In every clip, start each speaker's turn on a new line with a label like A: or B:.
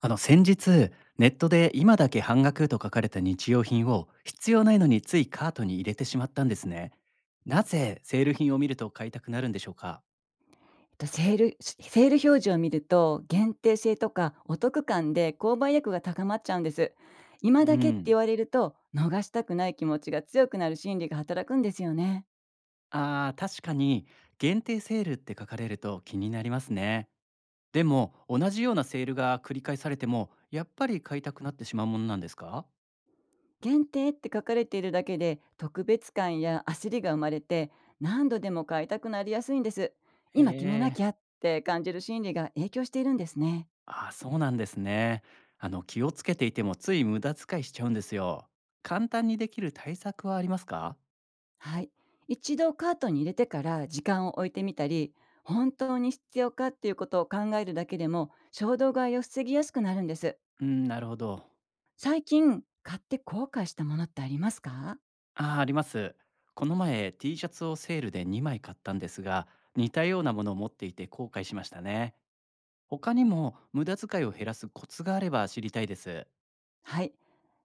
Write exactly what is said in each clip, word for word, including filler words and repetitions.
A: あの先日ネットで今だけ半額と書かれた日用品を必要ないのについカートに入れてしまったんですね。なぜセール品を見ると買いたくなるんでしょうか？
B: と、セールセール表示を見ると、限定性とかお得感で購買意欲が高まっちゃうんです。
A: う
B: 今だけって
A: ん。
B: 言われると、逃したくない気持ちが強くなる心理が働くんですよね。
A: あー、確かに限定セールって書かれると気になりますね。でも同じようなセールが繰り返されてもやっぱり買いたくなってしまうものなんですか？
B: 限定って書かれているだけで、特別感や焦りが生まれて、何度でも買いたくなりやすいんです。
A: へ
B: 今決めなきゃ
A: え。
B: って感じる心理が影響しているんですね。
A: あーそうなんですね。あの気をつけていてもつい無駄遣いしちゃうんですよ。簡単にできる対策はありますか？
B: はい。一度カートに入れてから時間を置いてみたり、本当に必要かっていうことを考えるだけでも衝動買いを防ぎやすくなるんです。
A: うん、なるほど。
B: 最近買って後悔したものってありますか？
A: ああ、あります。この前 T シャツをセールでにまい買ったんですが、似たようなものを持っていて後悔しましたね。他にも無駄遣いを減らすコツがあれば知りたいです。
B: はい。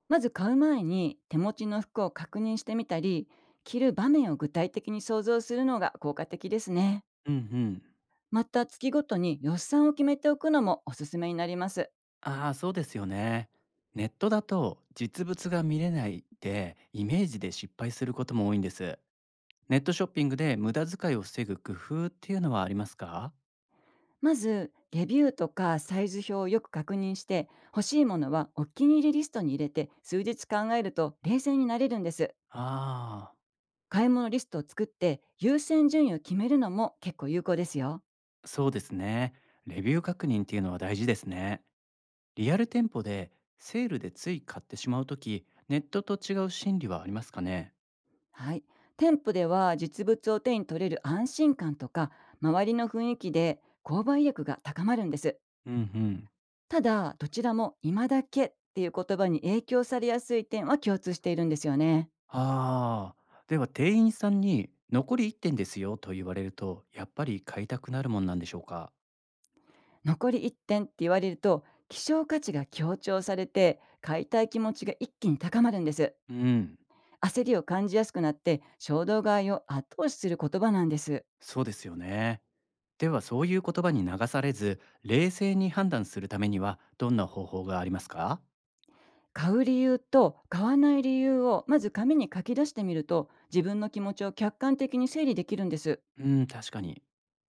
B: まず買う前に手持ちの服を確認してみたり、着る場面を具体的に想像するのが効果的ですね。
A: うんうん。
B: また月ごとに予算を決めておくのもおすすめになります。
A: ああ、そうですよね。ネットだと実物が見れないでイメージで失敗することも多いんです。ネットショッピングで無駄遣いを防ぐ工夫っていうのはありますか？
B: まず、レビューとかサイズ表をよく確認して、欲しいものはお気に入りリストに入れて数日考えると冷静になれるんです。
A: ああ
B: 買い物リストを作って優先順位を決めるのも結構有効ですよ。
A: ー、そうですね。レビュー確認っていうのは大事ですね。リアル店舗でセールでつい買ってしまうとき、ネットと違う心理はありますかね？
B: はい。店舗では実物を手に取れる安心感とか、周りの雰囲気で購買意欲が高まるんです。
A: うんうん。
B: ただ、どちらも今だけっていう言葉に影響されやすい点は共通しているんですよね。
A: ああ、では店員さんに残りいってんですよと言われると、やっぱり買いたくなるもんなんでしょうか？
B: 残りいってんって言われると希少価値が強調されて買いたい気持ちが一気に高まるんです。
A: うん、
B: 焦りを感じやすくなって衝動買いを後押しする言葉なんです。
A: そうですよね。ではそういう言葉に流されず、冷静に判断するためにはどんな方法がありますか？
B: 買う理由と買わない理由をまず紙に書き出してみると、自分の気持ちを客観的に整理できるんです。
A: うん、確かに。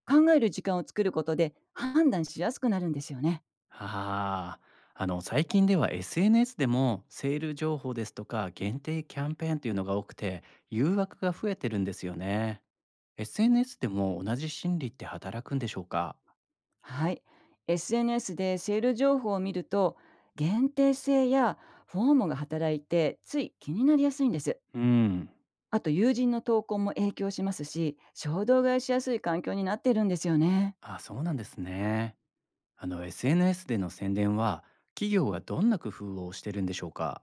B: 考える時間を作ることで判断しやすくなるんですよね。
A: ああ、あの最近では エスエヌエス でもセール情報ですとか限定キャンペーンというのが多くて誘惑が増えてるんですよね。エスエヌエス でも同じ心理って働くんでしょうか？
B: はい。 エスエヌエス でセール情報を見ると、限定性やフォームが働いてつい気になりやすいんです。
A: うん。
B: あと友人の投稿も影響しますし、衝動買いしやすい環境になっているんですよね。
A: あ、そうなんですね。あの エスエヌエス での宣伝は企業はどんな工夫をしてるんでしょうか？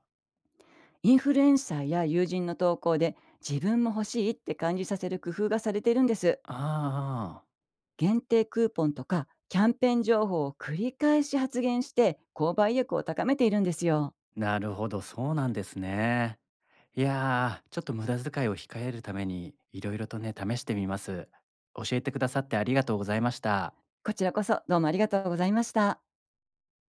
B: インフルエンサーや友人の投稿で自分も欲しいって感じさせる工夫がされているんです。
A: ああ。
B: 限定クーポンとかキャンペーン情報を繰り返し発言して購買意欲を高めているんですよ。
A: なるほど、そうなんですね。いやー、ちょっと無駄遣いを控えるために、いろいろとね、試してみます。教えてくださってありがとうございました。
B: こちらこそどうもありがとうございました。